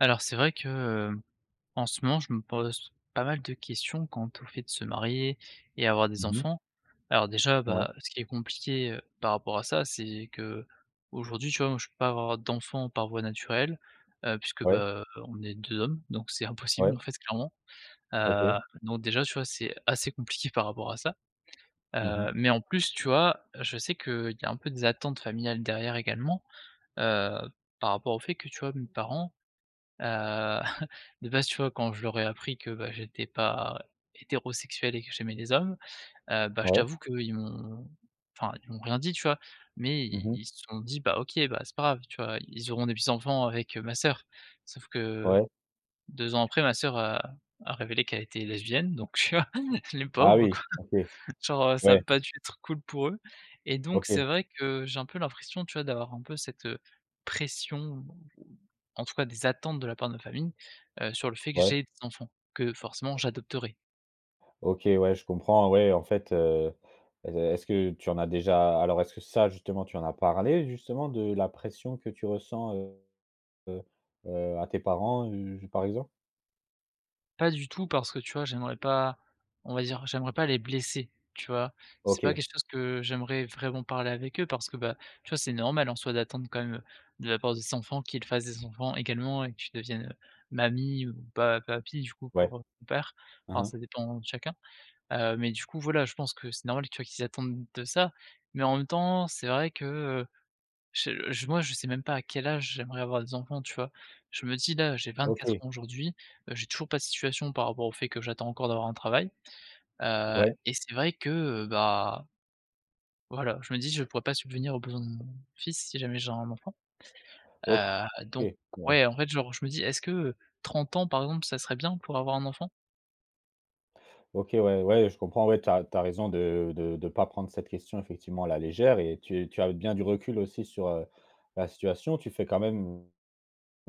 Alors c'est vrai que, hem, en ce moment, je me pose pas mal de questions quant au fait de se marier et avoir des Mmh mh. enfants. Alors déjà, Ouais, bah, ce qui est compliqué, par rapport à ça, c'est que aujourd'hui tu vois, moi, je peux pas avoir d'enfants par voie naturelle, puisque, ouais, bah, on est 2 hommes, donc c'est impossible, ouais, en fait, clairement. OK. Donc déjà, tu vois, c'est assez compliqué par rapport à ça. Mmh mh. Mais en plus, tu vois, je sais qu'il y a un peu des attentes familiales derrière également, heu, par rapport au fait que, tu vois, mes parents. Heu, de base, tu vois, quand je leur ai appris que, bah, j'étais pas hétérosexuel et que j'aimais les hommes, bah, je Ouais. t'avoue qu'ils m'ont, enfin, ils m'ont rien dit, tu vois? Mais i Mmh mh. ils se sont dit: «Bah, OK, bah, c'est pas grave», tu vois? Ils auront des petits-enfants avec, ma sœur. Sauf que Ouais. 2 ans après, ma sœur a révélé qu'elle était lesbienne, donc tu vois, les Ah pauvres. oui, OK. Genre, ça Ouais, va pas dû être cool pour eux, et donc c'est OK. vrai que j'ai un peu l'impression, tu vois, d'avoir un peu cette, pression, ou en tout cas des attentes de la part de ma famille, sur le fait que Ouais. j'ai des enfants, que forcément j'adopterai. OK, ouais, je comprends, ouais, en fait, est-ce que tu en as déjà alors est-ce que ça justement, tu en as parlé justement de la pression que tu ressens, heu, à tes parents, par exemple? Pas du tout parce que, tu vois, j'aimerais pas, on va dire, j'aimerais pas les blesser, tu vois? C'est pas OK, quelque chose que j'aimerais vraiment parler avec eux parce que, bah, tu vois, c'est normal en soi d'attendre quand même, de la part de ses enfants qu'ils fassent des enfants également et que tu deviennes, mamie ou pa papi du coup ouais. pour, mon père. Hein, Alors hein. ça dépend de chacun. Mais du coup, voilà, je pense que c'est normal, tu vois, qu'ils attendent de ça. Mais en même temps, c'est vrai que, je moi, je sais même pas à quel âge j'aimerais avoir des enfants, tu vois? Je me dis là, j'ai 24 OK, ans aujourd'hui, j'ai toujours pas de situation par rapport au fait que j'attends encore d'avoir un travail, ouais, et c'est vrai que, heu, bah, voilà, je me dis: «Je pourrais pas subvenir aux besoins de mon fils si jamais j'ai un enfant». OK, Donc ouais. ouais, en fait, genre, je me dis: «Est-ce que, 30 ans, par exemple, ça serait bien pour avoir un enfant?» OK, ouais, ouais, je comprends, ouais, tu as raison de pas prendre cette question effectivement à la légère et tu as bien du recul aussi sur, la situation. Tu fais quand même,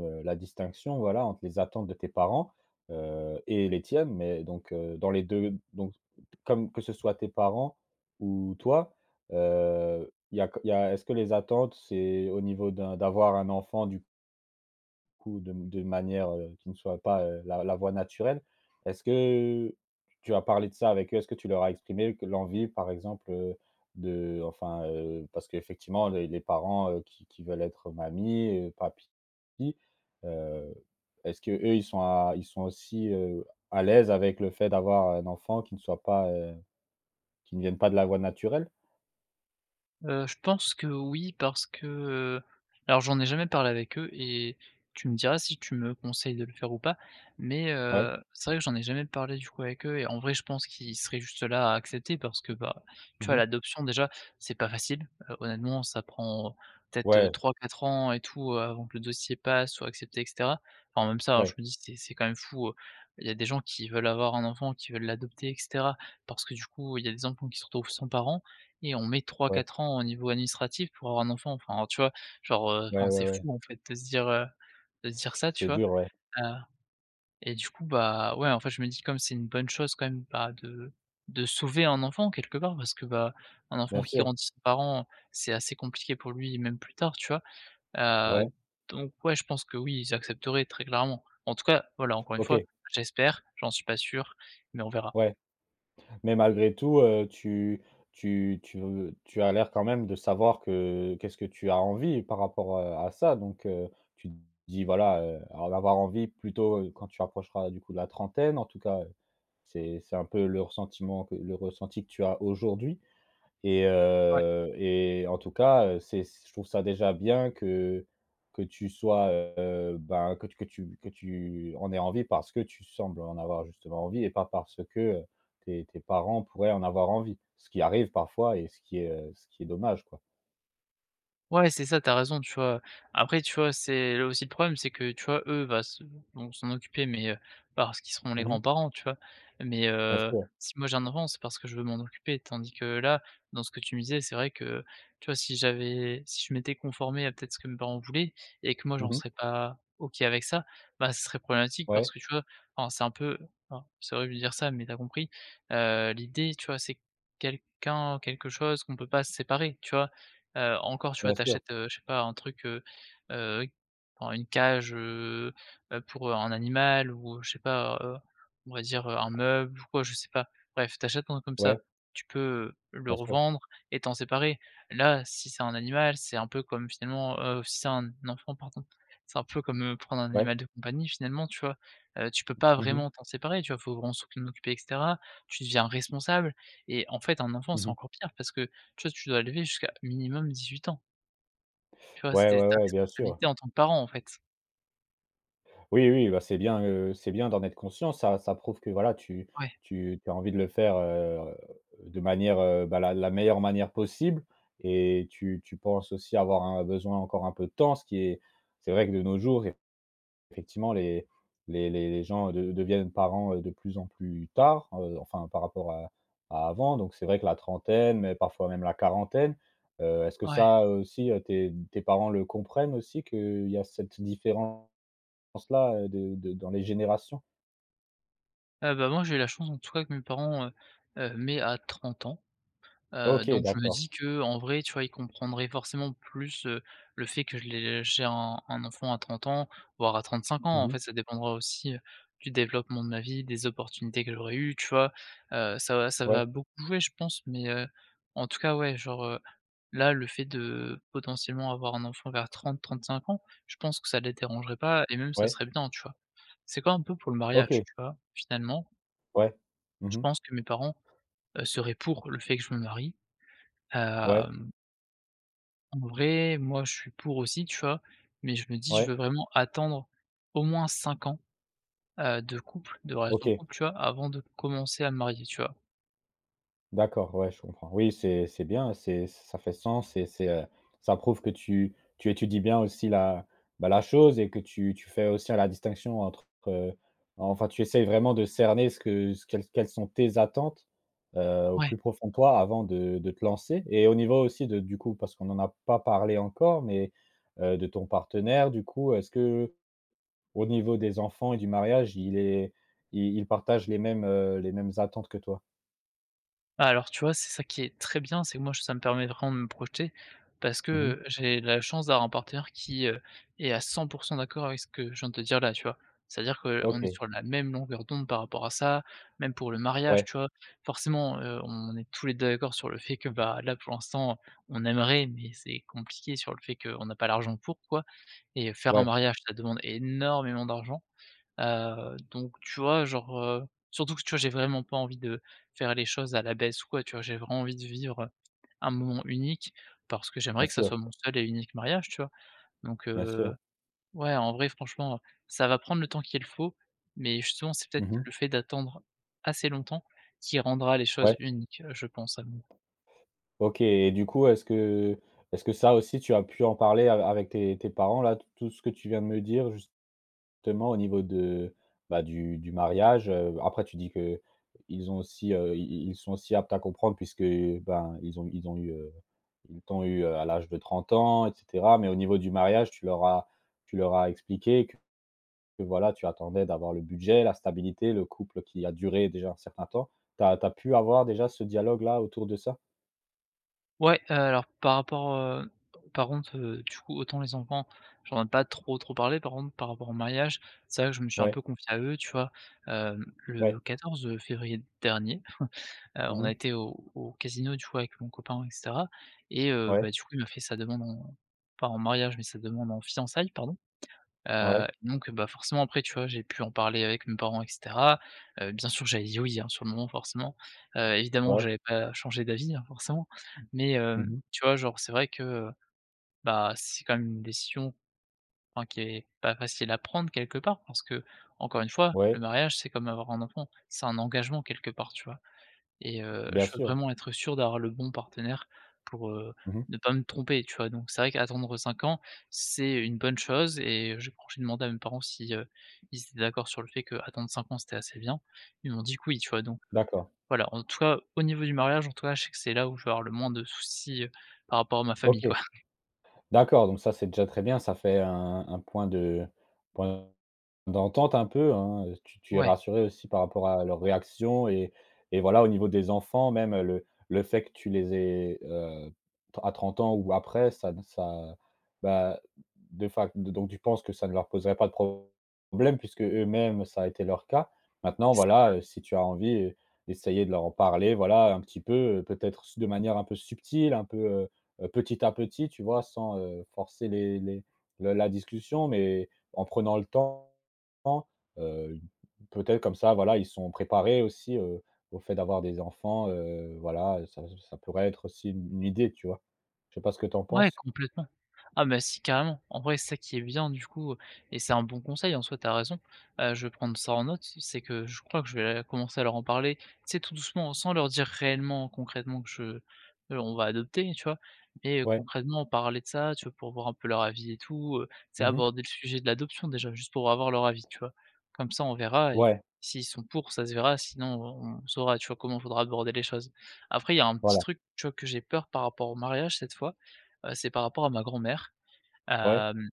la distinction, voilà, entre les attentes de tes parents, et les tiennes, mais donc, dans les 2 donc comme que ce soit tes parents ou toi, il y a est-ce que les attentes, c'est au niveau d'avoir un enfant du coup, de manière, qui ne soit pas, la voie naturelle. Est-ce que tu as parlé de ça avec eux? Est-ce que tu leur as exprimé que l'envie, par exemple, de enfin, parce qu'effectivement les parents, qui veulent être mamie, papy, heu, est-ce que eux ils sont aussi, à l'aise avec le fait d'avoir un enfant qui ne soit pas, qui ne vienne pas de la voie naturelle? Je pense que oui, parce que, alors j'en ai jamais parlé avec eux, et tu me diras si tu me conseilles de le faire ou pas, mais, Ouais. C'est vrai que j'en ai jamais parlé du coup avec eux, et en vrai je pense qu'ils seraient juste là à accepter parce que, bah, tu vois, Mmh. l'adoption déjà c'est pas facile, honnêtement ça prend peut-être Ouais, 3 ou 4 ans et tout, avant que le dossier passe, soit accepté et cetera. Enfin même ça, hein, je ouais, me dis c'est quand même fou, il y a des gens qui veulent avoir un enfant, qui veulent l'adopter et cetera, parce que du coup il y a des enfants qui se retrouvent sans parents, et on met trois ouais, quatre ans au niveau administratif pour avoir un enfant, enfin, tu vois? Genre, enfin, ouais, ouais, c'est ouais. fou, en fait, de se dire ça, tu C'est vois? dur, ouais. Heu et du coup, bah, ouais, en fait, je me dis comme c'est une bonne chose quand même, bah, de sauver un enfant quelque part parce que, bah, un enfant Bien qui sûr. grandit sans parents, c'est assez compliqué pour lui même plus tard, tu vois? Heu, Ouais. donc ouais, je pense que oui, ils accepteraient très clairement. En tout cas, voilà, encore une fois, OK. j'espère, j'en suis pas sûr, mais on verra. Ouais. Mais malgré tout, tu as l'air quand même de savoir que qu'est-ce que tu as envie par rapport, à ça donc tu te dis voilà, en avoir envie plutôt, quand tu approcheras du coup de la trentaine, en tout cas, c'est un peu le ressenti que tu as aujourd'hui. Et Ouais. heu et en tout cas, c'est je trouve ça déjà bien que tu sois, ben, que tu en aies envie parce que tu sembles en avoir justement envie et pas parce que, tes parents pourraient en avoir envie. Ce qui arrive parfois et ce qui est dommage, quoi. Ouais, c'est ça, t'as raison, tu vois? Après, tu vois, c'est là aussi le problème, c'est que, tu vois, eux, va se vont s'en occuper, mais parce qu'ils seront les Mmh. grands-parents, tu vois? Mais Bien sûr. si moi j'ai un enfant, c'est parce que je veux m'en occuper. Tandis que là, dans ce que tu me disais, c'est vrai que, tu vois, si j'avais si je m'étais conformé à peut-être ce que mes parents voulaient et que moi j'en Mmh. serais pas OK avec ça, bah, ce serait problématique parce Ouais, que, tu vois, alors c'est un peu, enfin, c'est horrible de dire ça, mais t'as compris. L'idée, tu vois, c'est quelqu'un, quelque chose qu'on peut pas se séparer, tu vois? Encore, tu vois, bien tu sûr. achètes, je sais pas, un truc, heu, enfin une cage, pour, un animal ou je sais pas, on va dire, un meuble ou quoi, je sais pas. Bref, tu achètes un truc comme ça, Ouais, tu peux, le bien sûr. revendre et t'en séparer. Là, si c'est un animal, c'est un peu comme finalement, si c'est un enfant, pardon, c'est un peu comme, prendre un Ouais. animal de compagnie finalement, tu vois? Tu peux pas Mmh mh. vraiment t'en séparer, tu vois? Faut vraiment s'en occuper et cetera. Tu deviens responsable, et en fait, un enfant, c'est Mmh. encore pire parce que tu vois, tu dois l'élever jusqu'à minimum 18 ans. Tu vois, Ouais, c'était ouais, ta ouais, bien sûr. responsabilité en tant que parent, en fait. Oui, oui, bah, c'est bien d'en être conscient. Ça ça prouve que voilà, tu Ouais, tu tu as envie de le faire, de manière, bah, la meilleure manière possible et tu penses aussi avoir un besoin encore un peu de temps, ce qui est c'est vrai que de nos jours, effectivement, les gens de deviennent parents, de plus en plus tard, enfin par rapport à avant. Donc c'est vrai que la trentaine, mais parfois même la quarantaine, est-ce que ouais. ça aussi, tes parents le comprennent aussi qu'il y a cette différence? Sens-là, de dans les générations? Ah bah, moi, j'ai eu la chance en tout cas que mes parents, m'aient à 30 ans. OK, Donc je me d'accord. dis que en vrai, tu vois, il comprendrait forcément plus, le fait que je l'ai j'ai un enfant à 30 ans, voire à 35 Mmh ans. En mh. fait, ça dépendra aussi, du développement de ma vie, des opportunités que j'aurais eues, tu vois? Ça va ça Ouais, va beaucoup jouer, je pense, mais en tout cas, ouais, genre, là, le fait de potentiellement avoir un enfant vers 30-35 ans, je pense que ça les dérangerait pas et même ça ouais. serait bien, tu vois? C'est comme un peu pour le mariage, OK, tu vois? Finalement, ouais. Mmh je mh. pense que mes parents, seraient pour le fait que je me marie, Ouais, hem en vrai, moi, je suis pour aussi, tu vois? Mais je me dis: «Je ouais. veux vraiment attendre au moins 5 ans, de couple, de relation de OK. couple», tu vois? Avant de commencer à me marier, tu vois? D'accord, ouais, je comprends. Oui, c'est bien, c'est ça fait sens et c'est, ça prouve que tu étudies bien aussi la, bah, la chose et que tu fais aussi la distinction entre, enfin, tu essayes vraiment de cerner ce que ce quelles sont tes attentes, au Ouais. plus profond de toi avant de te lancer et au niveau aussi de du coup, parce qu'on n'en a pas parlé encore, mais, de ton partenaire, du coup, est-ce que au niveau des enfants et du mariage, il est il partage les mêmes attentes que toi? Ah, alors, tu vois, c'est ça qui est très bien, c'est que moi, ça me permet vraiment de me projeter parce Mmh. que j'ai la chance d'avoir un partenaire qui, est à 100 d'accord avec ce que je viens de te dire là, tu vois? C'est-à-dire qu'on est OK, sur la même longueur d'onde par rapport à ça, même pour le mariage, ouais. tu vois? Forcément, on est tous les 2 d'accord sur le fait que, bah, là, pour l'instant, on aimerait, mais c'est compliqué sur le fait qu'on n'a pas l'argent pour, quoi, et faire un Ouais, mariage, ça demande énormément d'argent. Donc tu vois, genre, surtout que tu vois, j'ai vraiment pas envie de faire les choses à la baisse ou quoi, tu vois? J'ai vraiment envie de vivre un moment unique parce que bien j'aimerais que ça sûr, soit mon seul et unique mariage, tu vois? Donc bien sûr. Ouais, en vrai, franchement, ça va prendre le temps qu'il faut, mais justement, c'est peut-être Mmh. le fait d'attendre assez longtemps qui rendra les choses Ouais, uniques, je pense à mon. OK et du coup, est-ce que ça aussi tu as pu en parler a avec tes parents là, t tout ce que tu viens de me dire justement au niveau de, bah, du mariage, après tu dis que ils ont aussi, i i ils sont aussi aptes à comprendre puisque, ben, ils ont eu, ils t'ont eu, à l'âge de 30 ans etc., mais au niveau du mariage, tu leur as expliqué que voilà, tu attendais d'avoir le budget, la stabilité, le couple qui a duré déjà un certain temps. Tu as pu avoir déjà ce dialogue-là autour de ça? Ouais, alors par rapport, par contre, du coup, autant les enfants, j'en ai pas trop, trop parlé. Par contre, par rapport au mariage, c'est vrai que je me suis un Ouais, peu confié à eux, tu vois? Ouais. Le 14 février dernier, on a Mmh. été au au casino, du coup, avec mon copain et cetera, et Ouais, bah, du coup, il m'a fait sa demande en pas en mariage, mais sa demande en fiançailles, pardon. Ouais, Donc bah, forcément après, tu vois, j'ai pu en parler avec mes parents et cetera. Bien sûr, j'avais dit «oui», hein, sur le moment forcément. Évidemment que ouais. j'avais pas changé d'avis, hein, forcément. Mais Mmh. tu vois, genre, c'est vrai que, bah, c'est quand même une décision, enfin, qui est pas facile à prendre quelque part parce que encore une fois, le Ouais, mariage, c'est comme avoir un enfant, c'est un engagement quelque part, tu vois? Et je bien veux sûr. vraiment être sûr d'avoir le bon partenaire pour, Mmh. ne pas me tromper, tu vois? Donc c'est vrai qu'attendre 5 ans, c'est une bonne chose, et je quand j'ai demandé à mes parents si, ils étaient d'accord sur le fait qu'attendre 5 ans, c'était assez bien, ils m'ont dit que oui, tu vois? Donc, D'accord. voilà, en tout cas, au niveau du mariage, en tout cas, je sais que c'est là où je vais avoir le moins de soucis, par rapport à ma famille, quoi. OK. D'accord, donc ça, c'est déjà très bien. Ça fait un point d'entente un peu, hein, tu es Ouais, rassuré aussi par rapport à leur réaction et voilà, au niveau des enfants, même le fait que tu les aies, à 30 ans ou après, ça ça bah, de fac donc tu penses que ça ne leur poserait pas de problème puisque eux mêmes ça a été leur cas. Maintenant c'est ça. voilà, si tu as envie, d'essayer de leur en parler, voilà, un petit peu, peut-être de manière un peu subtile, un peu, petit à petit, tu vois? Sans, forcer les le la discussion, mais en prenant le temps. Heu, Peut-être comme ça, voilà, ils sont préparés aussi, au fait d'avoir des enfants, voilà, ça pourrait être aussi une idée, tu vois? Je sais pas ce que tu en Ouais, penses? complètement. Ah bah si, carrément. En vrai, c'est ça qui est bien du coup, et c'est un bon conseil en soi, t'as raison. Je vais prendre ça en note, c'est que je crois que je vais commencer à leur en parler, tu sais, tout doucement, sans leur dire réellement, concrètement que je on va adopter, tu vois? Mais, Ouais. concrètement, parler de ça, tu vois, pour voir un peu leur avis et tout, tu, Mmh. aborder le sujet de l'adoption déjà, juste pour avoir leur avis, tu vois? Comme ça, on verra, et Ouais, s'ils sont pour, ça se verra, sinon on saura, tu vois, comment faudra aborder les choses. Après, il y a un petit voilà. truc, tu vois, que j'ai peur par rapport au mariage cette fois, c'est par rapport à ma grand-mère. Ouais. Hem,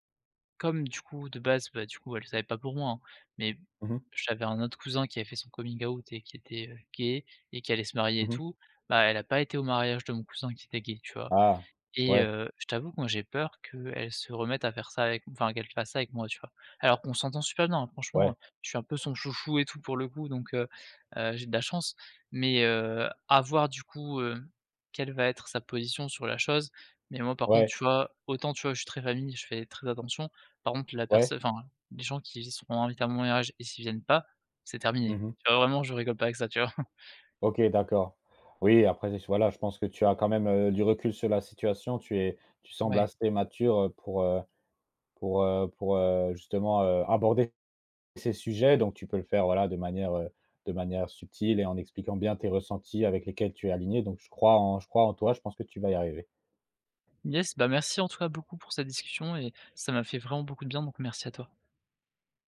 comme du coup de base, bah, du coup elle savait pas pour moi, hein, mais Mmh mh. j'avais un autre cousin qui avait fait son coming out et qui était, gay et qui allait se marier et Mmh. tout, bah, elle a pas été au mariage de mon cousin qui était gay, tu vois? Ah! Et Ouais, je t'avoue que moi j'ai peur qu'elle se remette à faire ça avec, enfin qu'elle fasse ça avec moi, tu vois? Alors qu'on s'entend super bien, hein, ouais, franchement, je suis un peu son chouchou et tout pour le coup donc j'ai de la chance. Mais à voir du coup, quelle va être sa position sur la chose. Mais moi par contre, ouais, tu vois, autant tu vois, je suis très famille, je fais très attention. Par contre la ouais. personne, enfin les gens qui seront invités à mon mariage et s'ils viennent pas, c'est terminé. Mmh. Tu vois, vraiment je rigole pas avec ça, tu vois? OK, d'accord. Oui, après voilà, je pense que tu as quand même, du recul sur la situation. Tu sembles Ouais. assez mature, pour, justement, aborder ces sujets, donc tu peux le faire, voilà, de manière subtile et en expliquant bien tes ressentis avec lesquels tu es aligné. Donc je crois en toi, je pense que tu vas y arriver. Yes, bah merci en tout cas beaucoup pour cette discussion et ça m'a fait vraiment beaucoup de bien donc merci à toi.